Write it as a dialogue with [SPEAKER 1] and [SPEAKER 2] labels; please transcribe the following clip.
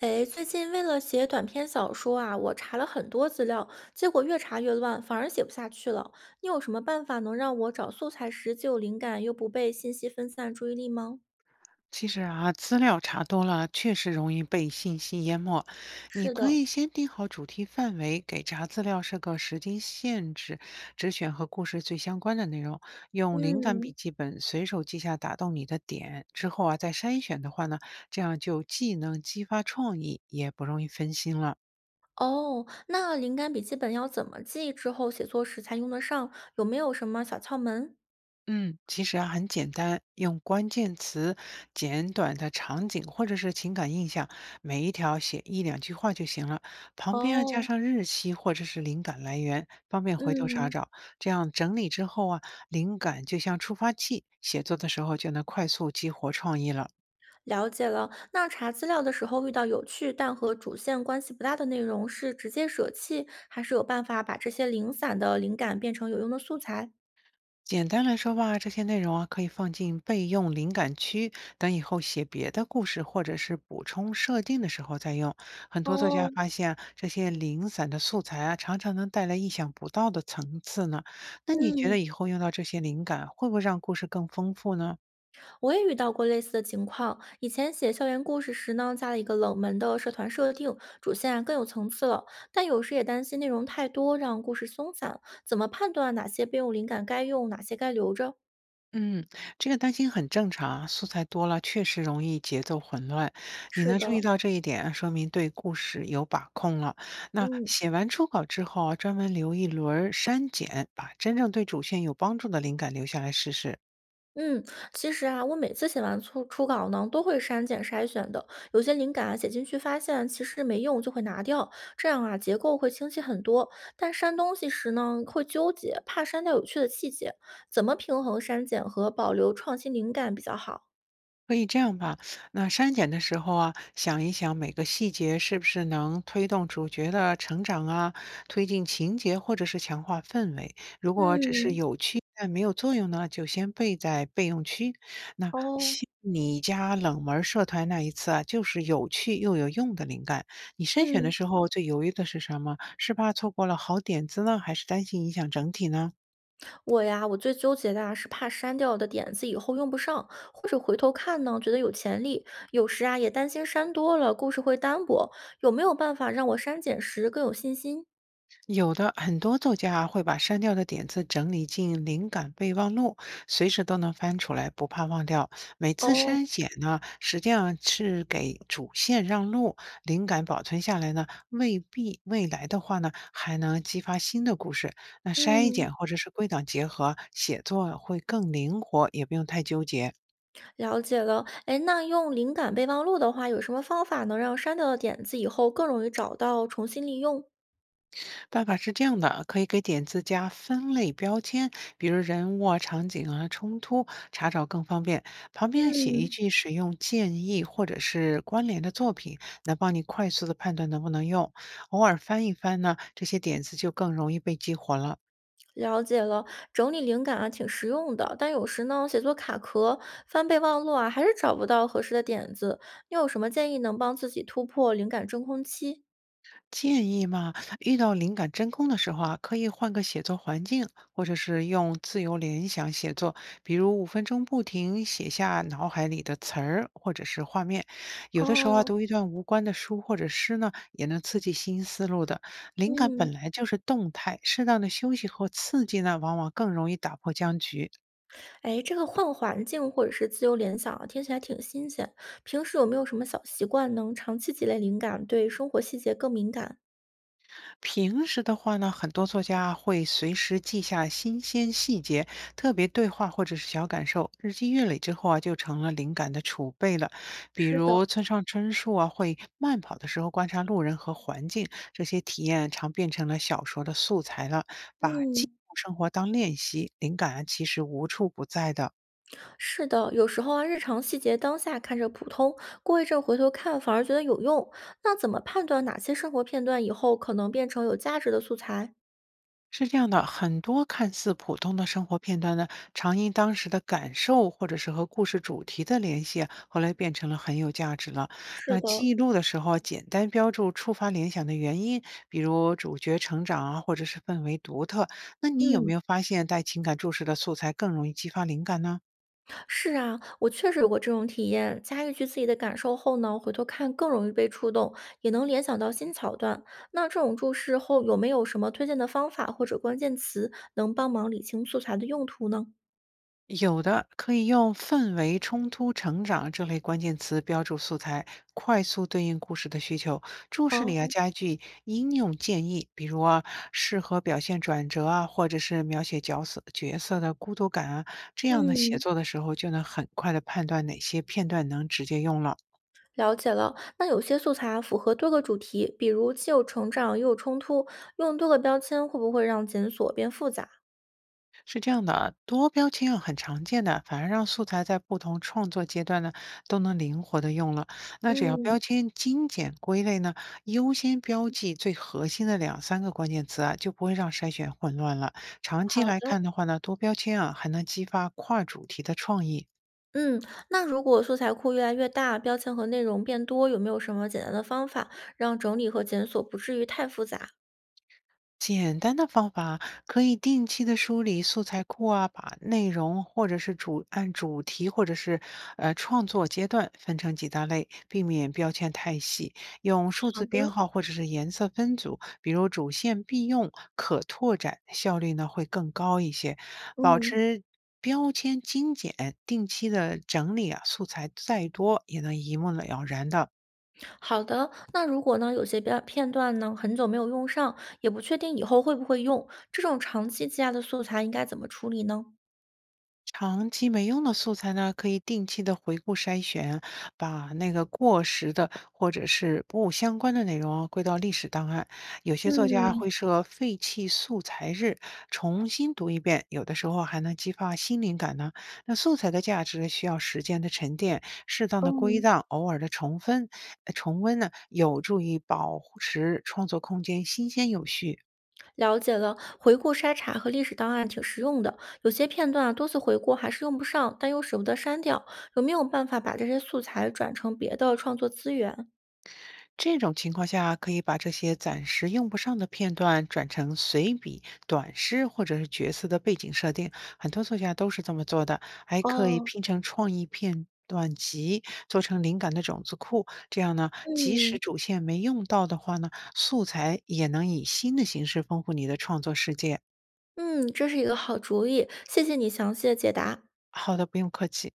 [SPEAKER 1] 诶，最近为了写短篇小说啊，我查了很多资料，结果越查越乱，反而写不下去了。你有什么办法能让我找素材时既有灵感，又不被信息分散注意力吗？
[SPEAKER 2] 其实啊，资料查多了确实容易被信息淹没。你
[SPEAKER 1] 是
[SPEAKER 2] 可
[SPEAKER 1] 的，
[SPEAKER 2] 以先定好主题范围，给查资料设个时间限制，只选和故事最相关的内容，用灵感笔
[SPEAKER 1] 嗯，
[SPEAKER 2] 记本随手记下打动你的点，之后啊再筛选的话呢，这样就既能激发创意，也不容易分心了。
[SPEAKER 1] 哦，那灵感笔记本要怎么记，之后写作时才用得上？有没有什么小窍门？
[SPEAKER 2] 嗯，其实啊很简单，用关键词、简短的场景或者是情感印象，每一条写一两句话就行了。旁边啊加
[SPEAKER 1] 哦，
[SPEAKER 2] 上日期或者是灵感来源，方便回头查
[SPEAKER 1] 嗯。
[SPEAKER 2] 找。这样整理之后啊，灵感就像触发器，写作的时候就能快速激活创意了。
[SPEAKER 1] 了解了，那查资料的时候遇到有趣但和主线关系不大的内容，是直接舍弃，还是有办法把这些零散的灵感变成有用的素材？
[SPEAKER 2] 简单来说吧，这些内容啊可以放进备用灵感区，等以后写别的故事或者是补充设定的时候再用。很多作家
[SPEAKER 1] 哦，
[SPEAKER 2] 发现啊这些零散的素材啊，常常能带来意想不到的层次呢。那你觉得
[SPEAKER 1] 嗯，
[SPEAKER 2] 以后用到这些灵感，会不会让故事更丰富呢？
[SPEAKER 1] 我也遇到过类似的情况。以前写校园故事时呢，加了一个冷门的社团设定，主线啊更有层次了。但有时也担心内容太多，让故事松散。怎么判断哪些备用灵感该用，哪些该留着？
[SPEAKER 2] 嗯，这个担心很正常啊，素材多了确实容易节奏混乱。你
[SPEAKER 1] 是
[SPEAKER 2] 能注意
[SPEAKER 1] 的，
[SPEAKER 2] 到这一点，说明对故事有把控了。那
[SPEAKER 1] 嗯。
[SPEAKER 2] 写完初稿之后啊，专门留一轮儿删减，把真正对主线有帮助的灵感留下来试试。
[SPEAKER 1] 嗯，其实啊，我每次写完初稿呢，都会删减筛选的。有些灵感啊写进去，发现其实没用，就会拿掉。这样啊，结构会清晰很多。但删东西时呢，会纠结，怕删掉有趣的细节。怎么平衡删减和保留创新灵感比较好？
[SPEAKER 2] 可以这样吧，那删减的时候啊，想一想每个细节是不是能推动主角的成长啊，推进情节或者是强化氛围。如果只是
[SPEAKER 1] 嗯，
[SPEAKER 2] 有趣但没有作用呢，就先备在备用区。那
[SPEAKER 1] 哦，
[SPEAKER 2] 像你家冷门社团那一次啊，就是有趣又有用的灵感。你筛选的
[SPEAKER 1] 嗯。
[SPEAKER 2] 时候最犹豫的是什么？是怕错过了好点子呢，还是担心影响整体呢？
[SPEAKER 1] 我呀，我最纠结的啊是怕删掉的点子以后用不上，或者回头看呢，觉得有潜力。有时啊，也担心删多了故事会单薄。有没有办法让我删减时更有信心？
[SPEAKER 2] 有的很多作家啊会把删掉的点子整理进灵感备忘录，随时都能翻出来，不怕忘掉。每次
[SPEAKER 1] 哦，
[SPEAKER 2] 删减呢，实际上是给主线让路，灵感保存下来呢，未必未来的话呢，还能激发新的故事。那筛
[SPEAKER 1] 嗯，
[SPEAKER 2] 减或者是归档结合，写作会更灵活，也不用太纠结。
[SPEAKER 1] 了解了。哎，那用灵感备忘录的话，有什么方法能让删掉的点子以后更容易找到，重新利用？
[SPEAKER 2] 办法是这样的，可以给点子加分类标签，比如人物啊、场景啊、冲突，查找更方便。旁边写一
[SPEAKER 1] 嗯，
[SPEAKER 2] 句使用建议或者是关联的作品，能帮你快速的判断能不能用。偶尔翻一翻呢，这些点子就更容易被激活了。
[SPEAKER 1] 了解了，整理灵感啊挺实用的，但有时呢，写作卡壳、翻备忘录啊，还是找不到合适的点子。你有什么建议能帮自己突破灵感真空期？
[SPEAKER 2] 建议嘛，遇到灵感真空的时候啊，可以换个写作环境，或者是用自由联想写作，比如5分钟不停写下脑海里的词儿或者是画面。有的时候啊，
[SPEAKER 1] 哦，
[SPEAKER 2] 读一段无关的书或者诗呢，也能刺激新思路的。灵感
[SPEAKER 1] 嗯，
[SPEAKER 2] 本来就是动态，适当的休息和刺激呢，往往更容易打破僵局。
[SPEAKER 1] 哎，这个换环境或者是自由联想啊，听起来挺新鲜。平时有没有什么小习惯能长期积累灵感，对生活细节更敏感？
[SPEAKER 2] 平时的话呢，很多作家会随时记下新鲜细节、特别对话或者是小感受，日积月累之后啊，就成了灵感的储备了。比
[SPEAKER 1] 是的，
[SPEAKER 2] 如村上春树啊，会慢跑的时候观察路人和环境，这些体验常变成了小说的素材了。把记
[SPEAKER 1] 嗯。
[SPEAKER 2] 录生活当练习，灵感啊其实无处不在的。
[SPEAKER 1] 是的，有时候啊，日常细节当下看着普通，过一阵回头看反而觉得有用。那怎么判断哪些生活片段以后可能变成有价值的素材？
[SPEAKER 2] 是这样的，很多看似普通的生活片段呢，常因当时的感受或者是和故事主题的联系啊后来变成了很有价值了。
[SPEAKER 1] 是
[SPEAKER 2] 那
[SPEAKER 1] 的，
[SPEAKER 2] 记录的时候啊简单标注触发联想的原因，比如主角成长啊，或者是氛围独特。那你有没
[SPEAKER 1] 嗯，
[SPEAKER 2] 有发现带情感注释的素材更容易激发灵感呢？
[SPEAKER 1] 是啊，我确实有过这种体验。加一句自己的感受后呢，回头看更容易被触动，也能联想到新桥段。那这种注释后有没有什么推荐的方法或者关键词能帮忙理清素材的用途呢？
[SPEAKER 2] 有的可以用"氛围冲突成长"这类关键词标注素材，快速对应故事的需求。注释
[SPEAKER 1] 哦，
[SPEAKER 2] 里啊加一句应用建议，比如啊适合表现转折啊，或者是描写角色的孤独感啊，这样呢写
[SPEAKER 1] 嗯，
[SPEAKER 2] 作的时候就能很快的判断哪些片段能直接用了。
[SPEAKER 1] 了解了，那有些素材啊符合多个主题，比如既有成长又有冲突，用多个标签会不会让检索变复杂？
[SPEAKER 2] 是这样的啊，多标签啊很常见的，反而让素材在不同创作阶段呢都能灵活的用了。那只要
[SPEAKER 1] 嗯，
[SPEAKER 2] 标签精简归类呢，优先标记最核心的两三个关键词啊，就不会让筛选混乱了。长期
[SPEAKER 1] 好
[SPEAKER 2] 来
[SPEAKER 1] 的。
[SPEAKER 2] 看的话呢，多标签啊还能激发跨主题的创意。
[SPEAKER 1] 嗯，那如果素材库越来越大，标签和内容变多，有没有什么简单的方法让整理和检索不至于太复杂？
[SPEAKER 2] 简单的方法可以定期的梳理素材库啊，把内容或者是按主题或者是创作阶段分成几大类，避免标签太细，用数
[SPEAKER 1] 好
[SPEAKER 2] 字编
[SPEAKER 1] 的，
[SPEAKER 2] 号或者是颜色分组，比如主线必用、可拓展，效率呢会更高一些。保
[SPEAKER 1] 嗯，
[SPEAKER 2] 持标签精简，定期的整理啊，素材再多也能一目了然的。
[SPEAKER 1] 好的。那如果呢，有些标片段呢很久没有用上，也不确定以后会不会用，这种长期积压的素材应该怎么处理呢？
[SPEAKER 2] 长期没用的素材呢，可以定期的回顾筛选，把那个过时的或者是不相关的内容啊归到历史档案。有些作家
[SPEAKER 1] 嗯
[SPEAKER 2] 会设废弃素材日，重新读一遍，有的时候还能激发新灵感呢。那素材的价值需要时间的沉淀，适当的归
[SPEAKER 1] 嗯。
[SPEAKER 2] 档，偶尔的重温，重温呢，有助于保持创作空间新鲜有序。
[SPEAKER 1] 了解了，回顾筛查和历史档案挺实用的，有些片段啊多次回顾还是用不上，但又舍不得删掉，有没有办法把这些素材转成别的创作资源？
[SPEAKER 2] 这种情况下，可以把这些暂时用不上的片段转成随笔、短诗或者是角色的背景设定，很多作家都是这么做的，还可以
[SPEAKER 1] 哦，
[SPEAKER 2] 拼成创意片段集做成灵感的种子库，这样呢，即使
[SPEAKER 1] 嗯
[SPEAKER 2] 主线没用到的话呢，素材也能以新的形式丰富你的创作世界。
[SPEAKER 1] 嗯，这是一个好主意，谢谢你详细的解答。
[SPEAKER 2] 好的，不用客气。